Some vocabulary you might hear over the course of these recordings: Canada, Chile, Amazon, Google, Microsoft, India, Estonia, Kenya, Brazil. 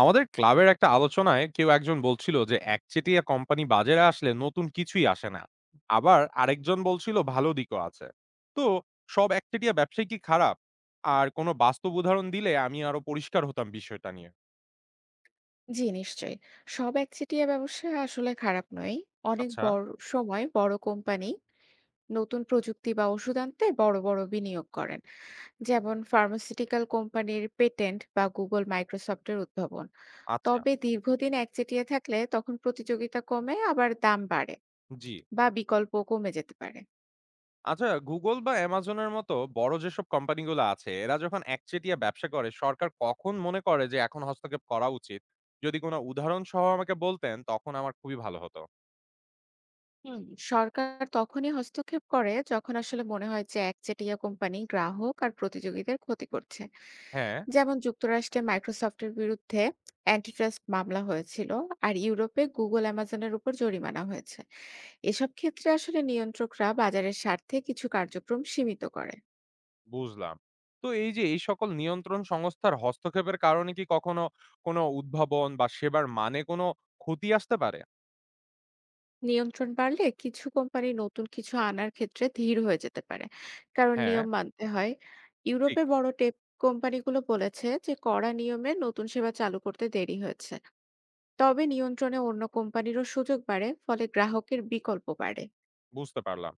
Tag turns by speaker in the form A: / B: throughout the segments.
A: আমাদের ক্লাবের একটা আলোচনায় কেউ একজন বলছিল যে একচেটিয়া কোম্পানি বাজারে আসলে নতুন কিছুই আসে না। আবার আরেকজন বলছিল ভালো দিকও আছে। তো সব একচেটিয়া ব্যবসায় কি খারাপ? আর কোনো বাস্তব উদাহরণ দিলে আমি আরো পরিষ্কার হতাম বিষয়টা নিয়ে।
B: জি নিশ্চয়ই। সব একচেটিয়া ব্যবসা আসলে খারাপ নয়। অনেক
A: আচ্ছা।
B: বড় সময় বড় কোম্পানি নতুন প্রযুক্তি বা ওষুধ আনতে বড়, বড় বিনিয়োগ করেন। যেমন ফার্মাসিউটিক্যাল কোম্পানির পেটেন্ট বা Google, Microsoft এর উদ্ভাবন।
A: আচ্ছা।
B: তবে দীর্ঘদিন একচেটিয়া থাকলে তখন প্রতিযোগিতা কমে আবার দাম বাড়ে
A: জি।
B: বা বিকল্প কমে যেতে পারে।
A: আচ্ছা, গুগল বা অ্যামাজনের মতো বড় যেসব কোম্পানিগুলো আছে এরা যখন একচেটিয়া ব্যবসা করে সরকার কখন মনে করে যে এখন হস্তক্ষেপ করা উচিত? যদি কোনো উদাহরণ সহ আমাকে বলতেন তখন আমার খুবই ভালো হতো।
B: হুম, সরকার তখনই হস্তক্ষেপ করে যখন আসলে মনে হয় যে একচেটিয়া কোম্পানি গ্রাহক আর প্রতিযোগীদের ক্ষতি করছে।
A: হ্যাঁ।
B: যেমন যুক্তরাষ্ট্রে মাইক্রোসফটের বিরুদ্ধে অ্যান্টিট্রাস্ট মামলা হয়েছিল। আর ইউরোপে গুগল অ্যামাজনের উপর জরিমানা হয়েছে। এসব ক্ষেত্রে আসলে নিয়ন্ত্রকরা বাজারের স্বার্থে কিছু কার্যক্রম সীমিত করে।
A: বুঝলাম। তো এই যে এই সকল নিয়ন্ত্রণ সংস্থার হস্তক্ষেপের কারণে কি কখনো কোনো উদ্ভাবন বা সেবার মানে কোনো ক্ষতি আসতে পারে?
B: নিয়ন্ত্রণ বাড়লে কিছু কোম্পানি নতুন কিছু আনার ক্ষেত্রে ধীর হয়ে যেতে পারে, কারণ
A: হ্যাঁ।
B: নিয়ম মানতে হয়।
A: ঠিক।
B: ইউরোপে বড় টেপ কোম্পানিগুলো বলেছে যে কড়া নিয়মে নতুন সেবা চালু করতে দেরি হয়েছে। তবে নিয়ন্ত্রণে অন্য কোম্পানিরও সুযোগ বাড়ে, ফলে গ্রাহকের বিকল্প বাড়ে।
A: বুঝতে পারলাম।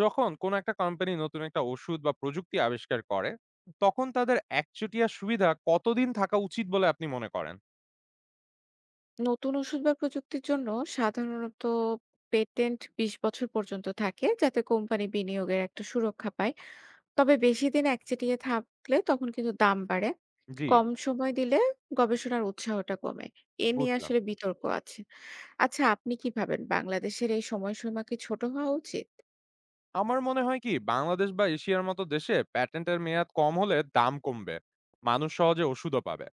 A: যখন কোনো একটা কোম্পানি নতুন একটা ওষুধ বা প্রযুক্তি আবিষ্কার করে, তখন তাদের একচেটিয়া সুবিধা কতদিন থাকা উচিত বলে আপনি মনে করেন?
B: নতুন ওষুধ বা প্রযুক্তির জন্য সাধারণত পেটেন্ট 20 বছর পর্যন্ত থাকে, যাতে কোম্পানি বিনিয়োগের একটা সুরক্ষা পায়। তবে বেশিদিন একচেটিয়া থাকলে তখন কিন্তু দাম বাড়ে।
A: জি।
B: কম সময় দিলে গবেষণার উৎসাহটা কমে। এ নিয়ে
A: বুঝলাম।
B: আসলে বিতর্ক আছে। আচ্ছা, আপনি কি ভাবেন বাংলাদেশের এই সময়সীমা কি ছোট হওয়া উচিত?
A: আমার মনে হয় কি বাংলাদেশ বা এশিয়ার মতো দেশে প্যাটেন্টের মেয়াদ কম হলে দাম কমবে, মানুষ সহজে ওষুধও পাবে।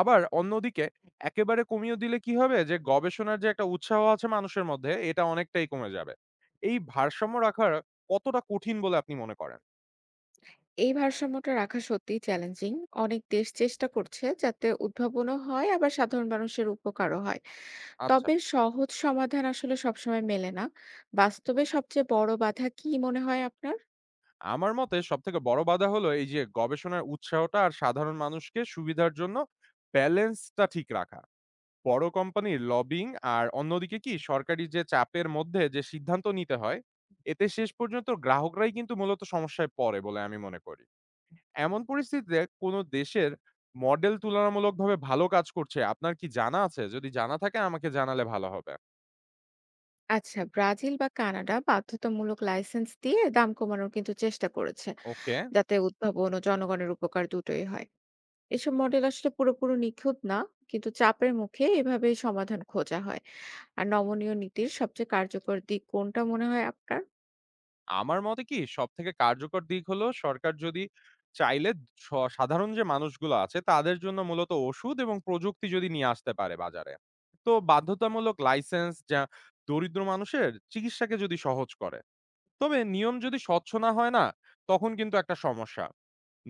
A: আবার অন্যদিকে একেবারে কমিয়ে দিলে কি হবে যে গবেষণার যে একটা উৎসাহ আছে মানুষের মধ্যে এটা অনেকটাই কমে যাবে। এই ভারসাম্য রাখার কতটা কঠিন বলে আপনি মনে করেন?
B: এই ভারসাম্যটা রাখা সত্যিই চ্যালেঞ্জিং। অনেক দেশ চেষ্টা করছে যাতে উদ্ভাবনও হয় আবার সাধারণ মানুষের উপকারও হয়।
A: আচ্ছা।
B: তবে সহজ সমাধান আসলে সবসময় মেলে না। বাস্তবে সবচেয়ে বড় বাধা কি মনে হয় আপনার?
A: আমার মতে সব থেকে বড় বাধা হলো এই যে গবেষণার উৎসাহটা আর সাধারণ মানুষকে সুবিধার জন্য ব্যালেন্সটা ঠিক রাখা, বড় কোম্পানির লবিং, আর অন্যদিকে কি সরকারি যে চাপের মধ্যে যে সিদ্ধান্ত নিতে হয়, এতে শেষ পর্যন্ত গ্রাহকরাই কিন্তু মূলত সমস্যায় পড়ে বলে আমি মনে করি। এমন পরিস্থিতিতে কোনো দেশের মডেল তুলনামূলকভাবে ভালো কাজ করছে আপনার কি জানা আছে? যদি জানা থাকে আমাকে জানালে ভালো হবে।
B: আচ্ছা, ব্রাজিল বা কানাডা বাধ্যতামূলক লাইসেন্স দিয়ে দাম কমানোর কিন্তু চেষ্টা করেছে।
A: ওকে।
B: যাতে উদ্ভাবন ও জনগণের উপকার দুটোই হয়। এসব মডেল আসলে পুরোপুরি নিখুঁত না, কিন্তু চাপের মুখে এভাবেই সমাধান খোঁজা হয়। আর নমনীয় নীতির সবচেয়ে কার্যকর দিক কোনটা মনে হয় আপনার?
A: আমার মতে কি সবথেকে কার্যকর দিক হলো সরকার যদি চাইলে স সাধারণ যে মানুষগুলো আছে তাদের জন্য মূলত ওষুধ এবং প্রযুক্তি যদি নিয়ে আসতে পারে বাজারে। তো বাধ্যতামূলক লাইসেন্স যা দরিদ্র মানুষের চিকিৎসাকে যদি সহজ করে। তবে নিয়ম যদি স্বচ্ছ না হয় না, তখন কিন্তু একটা সমস্যা।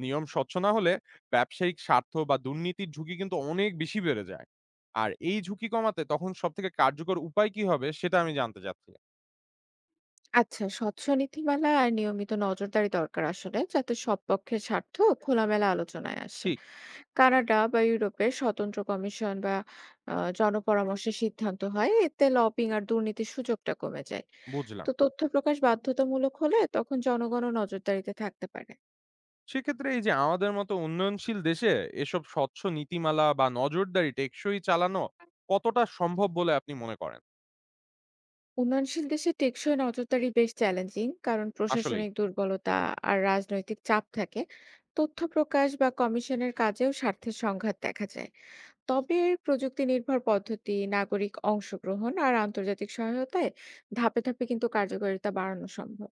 A: নিয়ম স্বচ্ছ না হলে ব্যবসায়িক স্বার্থ বা দুর্নীতির ঝুঁকি কিন্তু অনেক বেশি বেড়ে যায়। আর এই ঝুঁকি কমাতে তখন সবথেকে কার্যকর উপায় কি হবে সেটা আমি জানতে চাচ্ছি।
B: আচ্ছা, স্বচ্ছ নীতিমালা আর নিয়মিত নজরদারি দরকার আসলে, যাতে সব পক্ষের স্বার্থ খোলামেলা আলোচনায় আসে।
A: ঠিক।
B: কানাডা বা ইউরোপে স্বতন্ত্র কমিশন বা জনপরামর্শে সিদ্ধান্ত হয়, এতে লবিং আর দুর্নীতির সুযোগটা কমে যায়।
A: বুঝলাম।
B: তো তথ্য প্রকাশ বাধ্যতামূলক হলে তখন জনগণও নজরদারিতে থাকতে পারে।
A: সেক্ষেত্রে এই যে আমাদের মতো উন্নয়নশীল দেশে এসব স্বচ্ছ নীতিমালা বা নজরদারি টেকসই চালানো কতটা সম্ভব বলে আপনি মনে করেন?
B: উন্নয়নশীল দেশে টেকসই নজরদারি বেশ চ্যালেঞ্জিং, কারণ
A: আসলেই।
B: প্রশাসনিক দুর্বলতা আর রাজনৈতিক চাপ থাকে। তথ্য প্রকাশ বা কমিশনের কাজেও স্বার্থের সংঘাত দেখা যায়। তবে প্রযুক্তি নির্ভর পদ্ধতি, নাগরিক অংশগ্রহণ আর আন্তর্জাতিক সহায়তায় ধাপে ধাপে কিন্তু কার্যকারিতা বাড়ানো সম্ভব।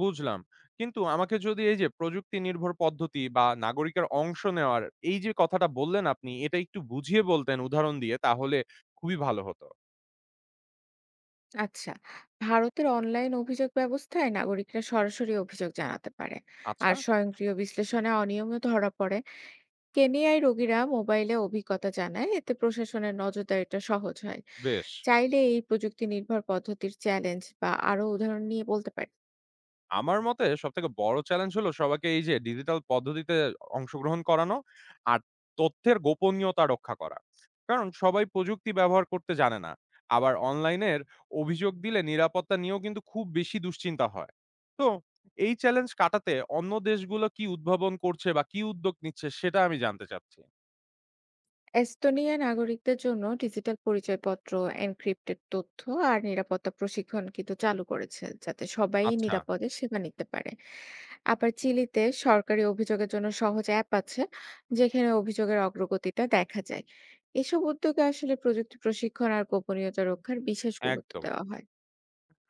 A: বুঝলাম। কিন্তু আমাকে যদি এই যে প্রযুক্তি নির্ভর পদ্ধতি বা নাগরিকের অংশ নেওয়ার এই যে কথাটা বললেন আপনি এটা একটু বুঝিয়ে বলতেন উদাহরণ দিয়ে তাহলে খুবই ভালো হতো।
B: আচ্ছা, ভারতের অনলাইন অভিযোগ ব্যবস্থায় নাগরিকরা সরাসরি অভিযোগ জানাতে পারে।
A: আচ্ছা।
B: আর স্বয়ংক্রিয় বিশ্লেষণে অনিয়মও ধরা পড়ে। কেনিয়ায় রোগীরা মোবাইলে অভিজ্ঞতা জানায়, এতে প্রশাসনের নজরদারিটা সহজ হয়।
A: বেশ।
B: চাইলে এই প্রযুক্তি নির্ভর পদ্ধতির চ্যালেঞ্জ বা আরো উদাহরণ নিয়ে বলতে পারি।
A: আমার মতে সবথেকে বড় চ্যালেঞ্জ হলো সবাইকে এই যে ডিজিটাল পদ্ধতিতে অংশগ্রহণ করানো আর তথ্যের গোপনীয়তা রক্ষা করা। কারণ সবাই প্রযুক্তি ব্যবহার করতে জানে না। আবার অনলাইনের অভিযোগ দিলে নিরাপত্তা নিয়েও কিন্তু খুব বেশি দুশ্চিন্তা হয়। তো এই চ্যালেঞ্জ কাটাতে অন্য দেশগুলো কি উদ্ভাবন করছে বা কি উদ্যোগ নিচ্ছে সেটা আমি জানতে চাচ্ছি।
B: এস্তোনিয়া নাগরিকদের জন্য ডিজিটাল পরিচয়পত্র, এনক্রিপ্টেড তথ্য আর নিরাপত্তা প্রশিক্ষণ কিন্তু চালু করেছে, যাতে সবাই
A: আচ্ছা।
B: নিরাপদে সেবা নিতে পারে। আবার চিলিতে সরকারি অভিযোগের জন্য সহজ অ্যাপ আছে, যেখানে অভিযোগের অগ্রগতিটা দেখা যায়। এসব উদ্যোগে আসলে প্রযুক্তি প্রশিক্ষণ আর গোপনীয়তা রক্ষার বিশেষ গুরুত্ব
A: একদম।
B: দেওয়া হয়।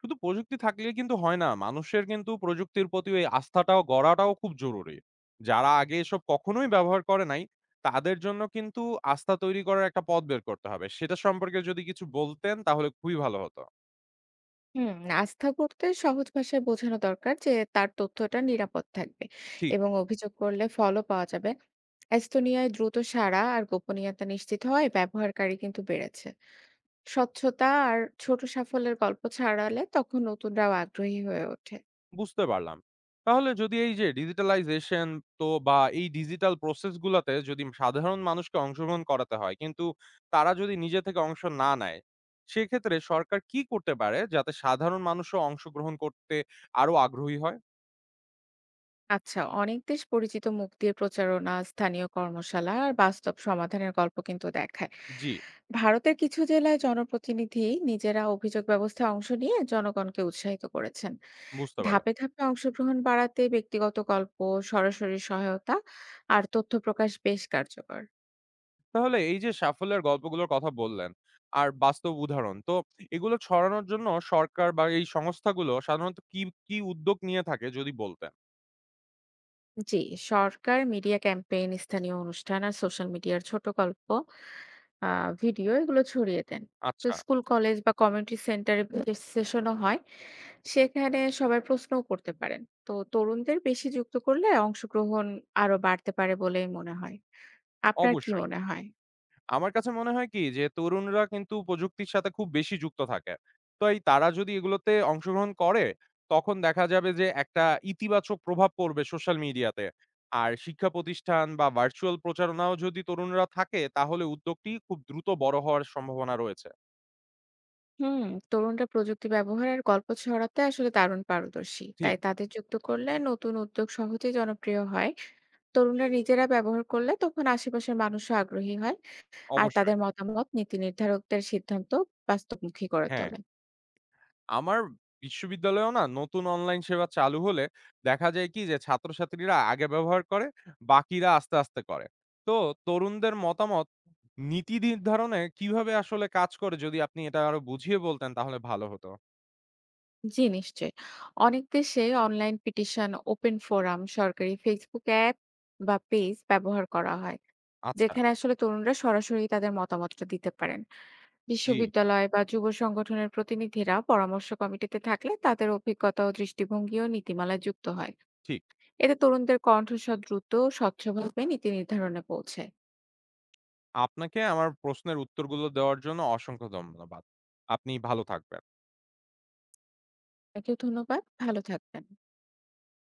A: শুধু প্রযুক্তি থাকলে কিন্তু হয় না। মানুষের কিন্তু প্রযুক্তির প্রতি ওই আস্থাটাও গড়াটাও খুব জরুরি। যারা আগে এসব কখনোই ব্যবহার করে নাই, তাদের জন্য কিন্তু আস্থা তৈরি করার একটা পথ বের করতে হবে। সেটা সম্পর্কে যদি কিছু বলতেন তাহলে খুবই ভালো হতো।
B: হুম, আস্থা করতে সহজ ভাষায় বোঝানো দরকার যে তার তথ্যটা নিরাপদ থাকবে
A: ঠিক।
B: এবং অভিযোগ করলে ফলও পাওয়া যাবে। এস্তোনিয়ায় দ্রুত সাড়া আর গোপনীয়তা নিশ্চিত হয়, ব্যবহারকারী কিন্তু বেড়েছে। স্বচ্ছতা আর ছোট সাফল্যের গল্প ছড়ালে তখন নতুনরাও আগ্রহী হয়ে ওঠে।
A: বুঝতে পারলাম। তাহলে যদি এই যে ডিজিটালাইজেশন তো বা এই ডিজিটাল প্রসেস গুলাতে যদি সাধারণ মানুষকে অংশগ্রহণ করাতে হয়, কিন্তু তারা যদি নিজে থেকে অংশ না নেয়, সেক্ষেত্রে সরকার কি করতে পারে যাতে সাধারণ মানুষও অংশগ্রহণ করতে আরো আগ্রহী হয়?
B: আচ্ছা, অনেক দেশ পরিচিত মুখ দিয়ে প্রচারণা, স্থানীয় কর্মশালা আর বাস্তব সমাধানের গল্প কিন্তু দেখায়।
A: জি।
B: ভারতের কিছু জেলায় জনপ্রতিনিধি নিজেরা অভিযোগ ব্যবস্থায় অংশ নিয়ে জনগণকে উৎসাহিত করেছেন।
A: বুঝতে পারলাম।
B: ধাপে, ধাপে অংশগ্রহণ বাড়াতে ব্যক্তিগত গল্প, সরাসরি সহায়তা আর তথ্য প্রকাশ বেশ কার্যকর।
A: তাহলে এই যে সাফল্যের গল্পগুলোর কথা বললেন, আর বাস্তব উদাহরণ। তো এগুলো ছড়ানোর জন্য সরকার বা এই সংস্থাগুলো সাধারণত কি, কি উদ্যোগ নিয়ে থাকে যদি বলতেন?
B: জি, সরকার, মিডিয়া ক্যাম্পেইন, স্থানীয় অনুষ্ঠান আর সোশ্যাল মিডিয়ার ছোট গল্প, আ ভিডিও এগুলো ছড়িয়ে দেন। তো
A: আচ্ছা।
B: স্কুল, কলেজ বা কমিউনিটি সেন্টারে সেশনও হয়। সেখানে সবাই প্রশ্নও করতে পারেন। তো তরুণদের বেশি যুক্ত করলে অংশগ্রহণ আরো বাড়তে পারে বলেই মনে হয়। আপনার কি
A: অবশ্যই।
B: মনে হয়?
A: আমার কাছে মনে হয় কি যে তরুণরা কিন্তু প্রযুক্তির সাথে খুব বেশি যুক্ত থাকে। তো এই তারা যদি এগুলোতে অংশগ্রহণ করে, তখন দেখা যাবে যে একটা ইতিবাচক প্রভাব পড়বে সোশ্যাল মিডিয়াতে। আর শিক্ষা প্রতিষ্ঠান বা ভার্চুয়াল প্রচারণাও যদি তরুণরা থাকে, তাহলে উদ্যোগটি খুব দ্রুত বড় হওয়ার সম্ভাবনা রয়েছে।
B: হুম, তরুণরা প্রযুক্তি ব্যবহার আর গল্প ছড়াতে আসলে দারুণ পারদর্শী। তাই
A: ঠিক।
B: তাদের যুক্ত করলে নতুন উদ্যোগ সহজেই জনপ্রিয় হয়। তরুণরা নিজেরা ব্যবহার করলে তখন আশেপাশের মানুষও আগ্রহী হয়। আর তাদের
A: অবশ্যই।
B: মতামত নীতি নির্ধারকদের সিদ্ধান্ত বাস্তবমুখী করে
A: হ্যাঁ,
B: তোলে।
A: আমার বিশ্ববিদ্যালয়েও না নতুন অনলাইন সেবা চালু হলে দেখা যায় কি যে ছাত্রছাত্রীরা আগে ব্যবহার করে, বাকিরা আস্তে আস্তে করে। তো তরুণদের মতামত নীতি নির্ধারণে কিভাবে আসলে কাজ করে যদি আপনি এটা আরো বুঝিয়ে বলতেন তাহলে ভালো হতো।
B: জি, নিশ্চয়ই। অনেক দেশে অনলাইন পিটিশন, ওপেন ফোরাম, সরকারি ফেসবুক অ্যাপ বা পেজ ব্যবহার করা হয়।
A: আচ্ছা।
B: যেখানে আসলে তরুণরা সরাসরি তাদের মতামতটা দিতে পারেন।
A: জি,
B: বিশ্ববিদ্যালয় বা যুব সংগঠনের প্রতিনিধিরা পরামর্শ কমিটিতে থাকলে তাদের অভিজ্ঞতা ও দৃষ্টিভঙ্গি ও নীতিমালায় যুক্ত হয়।
A: ঠিক।
B: এতে তরুণদের কণ্ঠস্বর দ্রুত ও স্বচ্ছভাবে নীতি নির্ধারণে পৌঁছে।
A: আপনাকে আমার প্রশ্নের উত্তরগুলো দেওয়ার জন্য অসংখ্য ধন্যবাদ। আপনি ভালো থাকবেন।
B: আপনাকেও ধন্যবাদ, ভালো থাকবেন।